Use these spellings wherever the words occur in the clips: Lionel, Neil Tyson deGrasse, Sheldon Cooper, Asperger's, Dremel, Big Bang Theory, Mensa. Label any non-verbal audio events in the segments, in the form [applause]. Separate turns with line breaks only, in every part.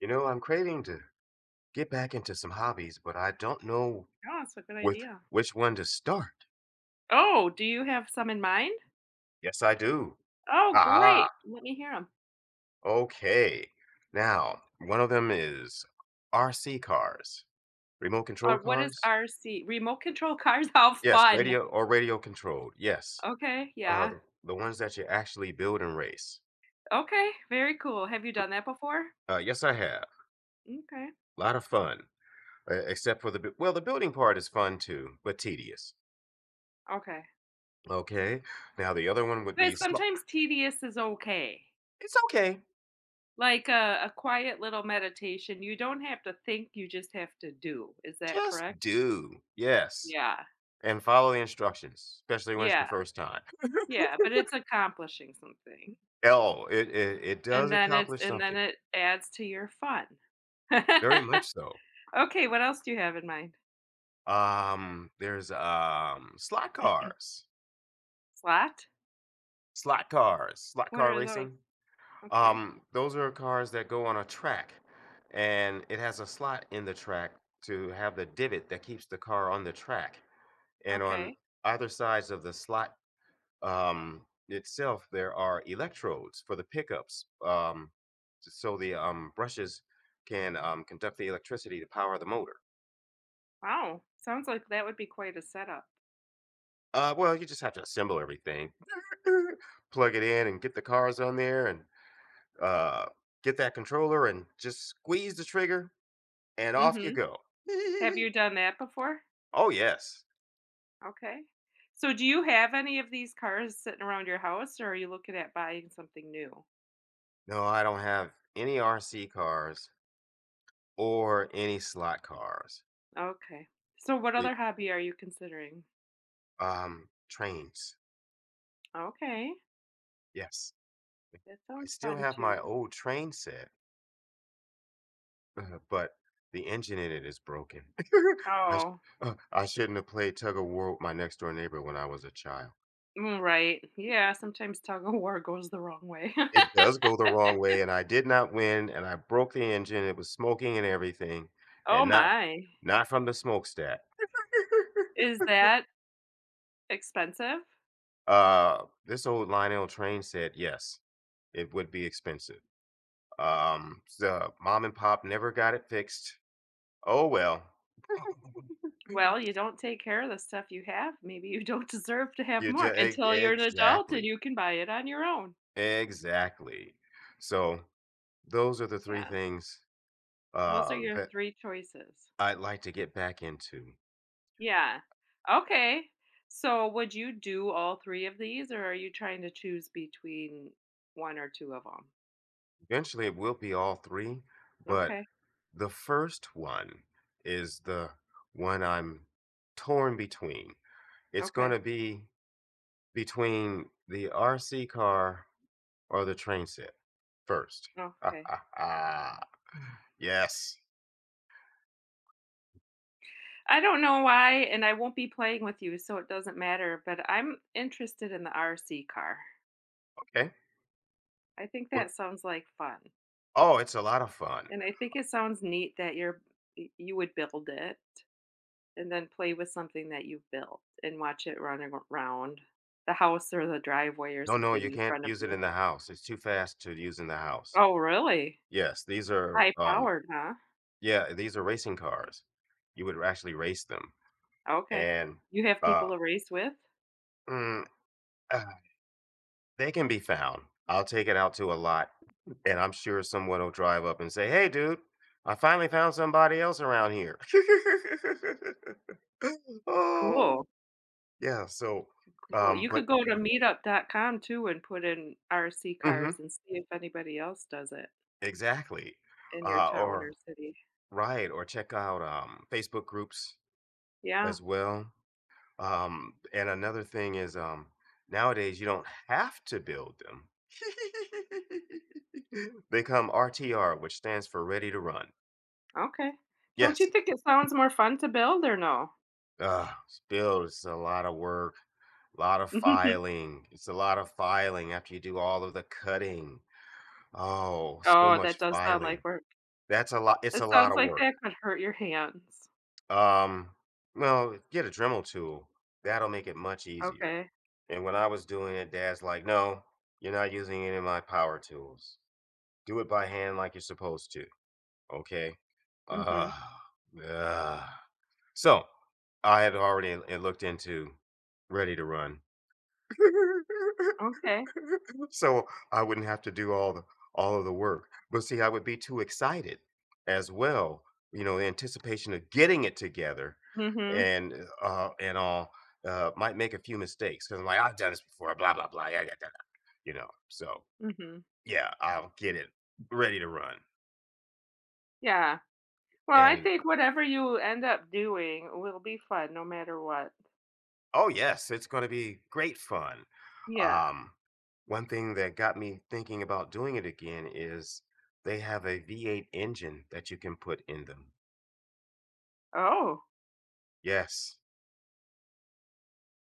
I'm craving to get back into some hobbies, but I don't know
Oh, that's a good
with
idea.
which one to start.
Oh, do you have some in mind?
Yes, I do.
Oh,
Ah,
great. Let me hear 'em.
okay. Now, one of them is RC cars, remote control
What is
cars.
RC? Remote control cars? [laughs] How
Yes,
fun.
radio or radio controlled. Yes,
Okay, yeah.
the ones that you actually build and race.
Okay, very cool. Have you done that before?
Yes, I have.
Okay.
A lot of fun, except for well, the building part is fun too, but tedious.
Okay.
Okay. Now the other one would be
But
slow.
sometimes tedious is okay.
It's okay.
Like a quiet little meditation. You don't have to think, you just have to do. Is that
Just
correct?
do. Yes,
Yeah.
and follow the instructions, especially when it's your
Yeah.
first time. [laughs]
Yeah. But it's accomplishing something.
Oh, it does
And then it's
accomplish
and then
something,
it adds to your fun. [laughs]
very much so.
Okay, what else do you have in mind?
There's slot cars.
Slot?
Slot cars, slot
What
car
are those?
racing.
Okay.
Those are cars that go on a track, and it has a slot in the track to have the divot that keeps the car on the track, and on
Okay.
either sides of the slot itself, there are electrodes for the pickups. So the brushes can conduct the electricity to power the motor.
Wow. Sounds like that would be quite a setup.
Well, you just have to assemble everything, [laughs] plug it in, and get the cars on there, and uh, get that controller, and just squeeze the trigger, and off you
Mhm.
go.
Have
[laughs]
you done that before?
oh yes.
Okay. So do you have any of these cars sitting around your house, or are you looking at buying something new?
No, I don't have any RC cars or any slot cars.
Okay. So what
The,
other hobby are you considering?
um, trains.
Okay.
Yes.
That
I
sounds
still
fun
have my
too.
old train set, but the engine in it is broken. [laughs] I, sh-
Oh,
I shouldn't have played tug of war with my next door neighbor when I was a child.
mm, right. Yeah, sometimes tug of war goes the wrong way.
It
[laughs]
does go the wrong way, and I did not win, and I broke the engine. It was smoking and everything,
Oh
and not
my.
not from the smokestack. [laughs]
Is that expensive?
This old Lionel train set, yes, it would be expensive. So mom and pop never got it fixed. Oh well.
Well, you
[laughs]
don't take care of the stuff you have, maybe you don't [laughs] deserve to have
You do
more
e
until you're an adult and
exactly,
you can buy it on your own.
exactly. So, those are the 3
Yeah,
things,
those are your
that
3 choices.
I'd like to get back into.
Yeah. Okay. So, would you do all 3 of these, or are you trying to choose between 1 or 2 of them?
Eventually, it will be all 3, but
Okay,
the first one is the one I'm torn between. It's gonna
okay,
be between the RC car or the train set first.
okay.
[laughs] Yes,
I don't know why, and I won't be playing with you, so it doesn't matter, but I'm interested in the RC car.
okay.
I think
Well
that sounds like fun.
oh, it's a lot of fun.
And I think it sounds neat that you would build it and then play with something that you built and watch it running around the house or the driveway or
No, no,
something
you
in
can't
front of
use it
you.
in the house. It's too fast to use in the house.
Oh, really?
Yes,
High powered, huh?
yeah, these are racing cars. You would actually race them,
Okay.
and
You have
uh,
people to race with?
mm, uh, they can be found. I'll take it out to a lot, and I'm sure someone will drive up and say, "Hey, dude, I finally found somebody else around here." [laughs] oh,
Cool.
yeah. So,
Cool. You
but
could go to meetup.com too and put in RC cars
Mhm,
and see if anybody else does it
exactly,
in your town
or
or city.
right, or check out Facebook groups
Yeah.
as well. And another thing is nowadays you don't have to build them. [laughs] they come RTR, which stands for ready to run.
Okay. Don't
Yes.
you think it sounds more fun to build, or no?
Uh, Build is a lot of work, a lot of
[laughs]
filing. It's a lot of filing after you do all of the cutting. Oh, so
Oh, that
much
does sound like
filing.
we're
That's a lot. It's
It
a lot
sounds
of
like
work.
that could hurt your hands.
Um, well, get a Dremel tool. That'll make it much easier.
Okay.
And when I was doing it, dad's like, "No, you're not using any of my power tools. Do it by hand like you're supposed to." Okay.
Mhm.
Uh, uh. So I had already looked into Ready to Run.
Okay.
[laughs] [laughs] so I wouldn't have to do all of the work. But see, I would be too excited as well. The anticipation of getting it together
Mhm.
and and all might make a few mistakes because I'm like, I've done this before, blah blah blah. Yeah, yeah, yeah. So
Mhm.
yeah, I'll get it ready to run.
Yeah. Well, I
And
think whatever you end up doing will be fun no matter what.
oh yes, it's gonna be great fun.
Yeah.
Um One thing that got me thinking about doing it again is they have a V8 engine that you can put in them.
Oh.
Yes.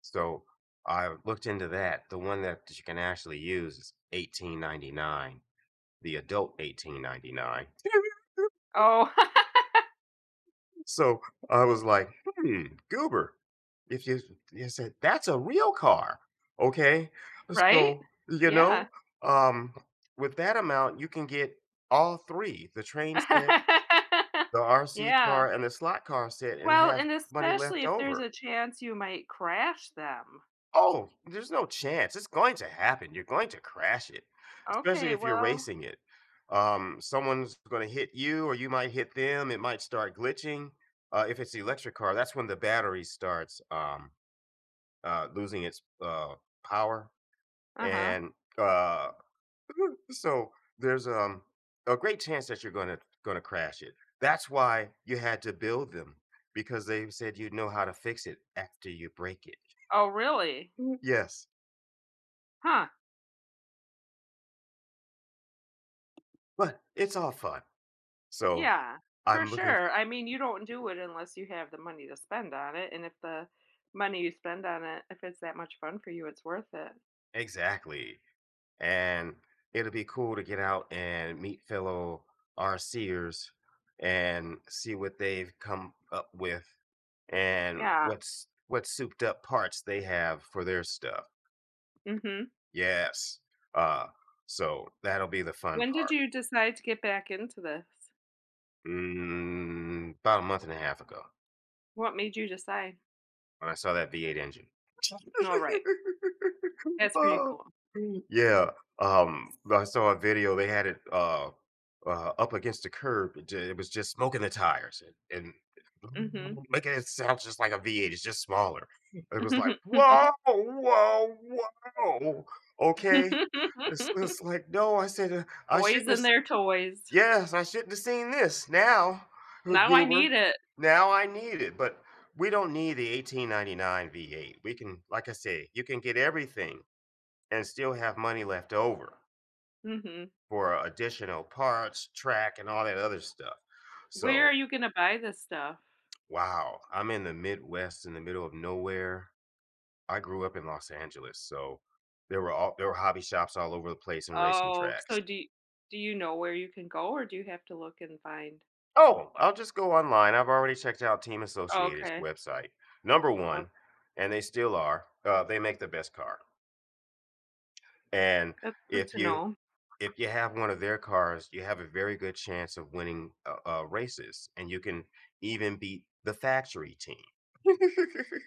So, I looked into that. The one that you can actually use is 18.99, the adult 18.99. [laughs]
Oh, [laughs]
So, I was like, "Hmm, goober." If you said, "That's a real car." Okay?
right?
So,
Yeah.
um, with that amount, you can get all 3, the train set,
[laughs]
the RC
Yeah.
car, and the slot car set, and
Well,
have
and
money left
especially if there's
over.
a chance you might crash them.
Oh, there's no chance. It's going to happen. You're going to crash it, especially
Okay,
if you're
well.
racing it. Someone's going to hit you, or you might hit them. It might start glitching. If it's the electric car, that's when the battery starts losing its power,
Uh-huh.
and uh, so there's a great chance that you're going to crash it. That's why you had to build them because they said you would know how to fix it after you break it.
Oh, really?
Mm. Yes,
Huh.
but it's all fun. So,
Yeah, for
I'm looking,
sure. I mean, you don't do it unless you have the money to spend on it, and if the money you spend on it, if it's that much fun for you, it's worth it.
exactly, and it'll be cool to get out and meet fellow RCers and see what they've come up with and
Yeah.
what souped up parts they have for their stuff.
Mhm.
Yes. Uh, so that'll be the fun
When did
part.
you decide to get back into this?
About a month and a half ago.
What made you decide?
When I saw that V8 engine.
All right.
[laughs]
That's pretty
Oh,
cool.
yeah, I saw a video, they had it, up against the curb, it was just smoking the tires and
Mhm.
[laughs] making it sound just like a V8, it's just smaller. It was like, "Whoa, whoa, whoa, okay." It's
[laughs]
it's like, "No," I said, "I
Boys
shouldn't have."
and their toys.
Yes, I shouldn't have seen this. Now, [laughs]
Now I need
Goober,
it.
now I need it. But we don't need the 1899 V8. We can, like I say, you can get everything and still have money left over
Mhm.
for additional parts, track, and all that other stuff.
Where are
So,
you gonna buy this stuff?
wow, I'm in the Midwest, in the middle of nowhere. I grew up in Los Angeles, so there were hobby shops all over the place and racing
Oh,
tracks.
so do you know where you can go, or do you have to look and find?
Oh, I'll just go online. I've already checked out Team Associated's
Okay.
website. Number
Okay,
one, and they still are. They make the best car, and
that's good
if
to
you
know.
if you have one of their cars, you have a very good chance of winning races, and you can even beat the factory team. [laughs]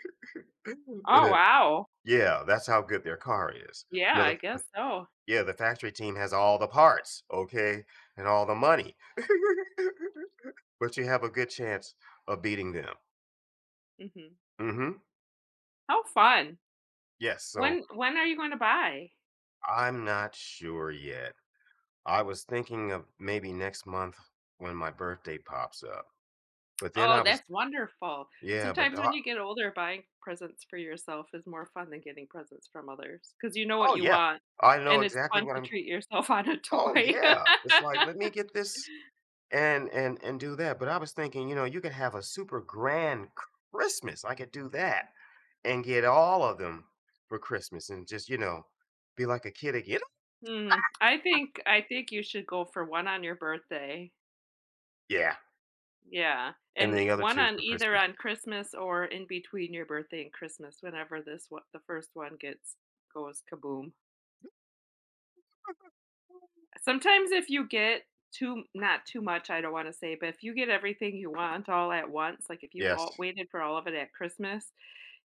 Oh,
Uh,
wow.
yeah, that's how good their car is.
Yeah,
You know,
I
the, the-
guess so.
yeah, the factory team has all the parts, okay, and all the money, [laughs] but you have a good chance of beating them.
Mhm.
Hmm.
How fun.
Yes, so
When are you gonna buy?
I'm not sure yet. I was thinking of maybe next month when my birthday pops up. But then I
Oh,
was
that's wonderful.
Yeah, but
Sometimes when you get older, buying presents for yourself is more fun than getting presents from others because you know what
oh
you
yeah.
want,
I know
and it's
exactly
fun
what
to
I'm,
treat yourself [laughs] on a
oh
toy.
yeah.
[laughs]
It's like, let me get this and do that. But I was thinking, you could have a super grand Christmas. I could do that and get all of them for Christmas and just, be like a kid again.
Mm, I think you should go for one on your birthday.
Yeah.
Yeah,
And
and
the other
one
two
on
for
either
Christmas.
on Christmas or in between your birthday and Christmas, whenever this one the first one gets goes kaboom. Sometimes if you get too not too much, I don't wanna say, but if you get everything you want all at once, like if you
Yes.
all waited for all of it at Christmas,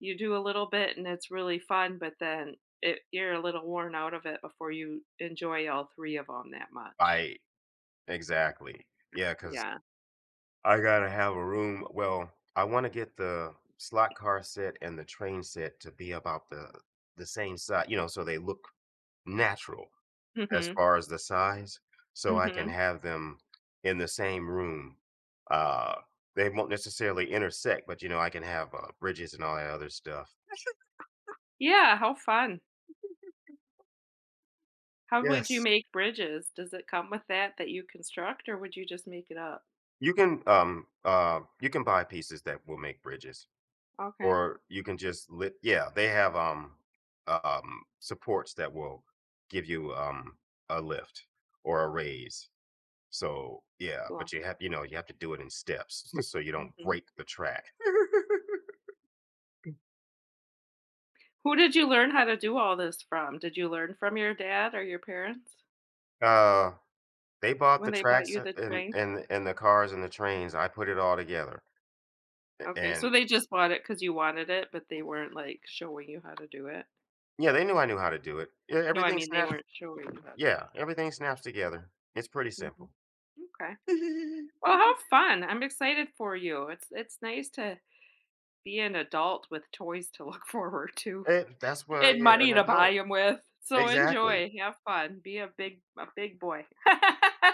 you do a little bit and it's really fun, but then it you're a little worn out of it before you enjoy all 3 of them that much.
I Exactly. Yeah, because
Yeah.
I gotta have a room. Well, I want to get the slot car set and the train set to be about the same size, so they look natural as
Mhm.
far as the size, so I can
Mhm.
have them in the same room. Uh, they won't necessarily intersect, but I can have bridges and all that other stuff.
Yeah, how fun. How would you
Yes,
make bridges? Does it come with that that you construct, or would you just make it up?
you can. You can buy pieces that will make bridges.
Okay,
Or you can just lit Yeah, they have, supports that will give you, a lift or a raise. So, yeah, but
cool.
you have to do it in steps [laughs] so you don't
Mhm.
break the track. [laughs]
Who did you learn how to do all this from? Did you learn from your dad or your parents
Uh, they bought
when
the
they bought
tracks
you
a
the train?
and the cars and the trains, I put it all together, a
Okay, so
and
they just bought it because you wanted it, but they weren't, like, showing you how to do it?
yeah, they knew I knew how to do it.
No, I mean, they weren't showing you how to do it.
Yeah, everything snaps together. It's pretty
Mhm.
simple.
Okay.
[laughs]
Well, how fun. I'm excited for you. It's nice to be an adult with toys to look [laughs] forward to.
That's why,
And
yeah, an
money to buy
adult,
them with. So
exactly.
enjoy, have fun, be a big boy. [laughs]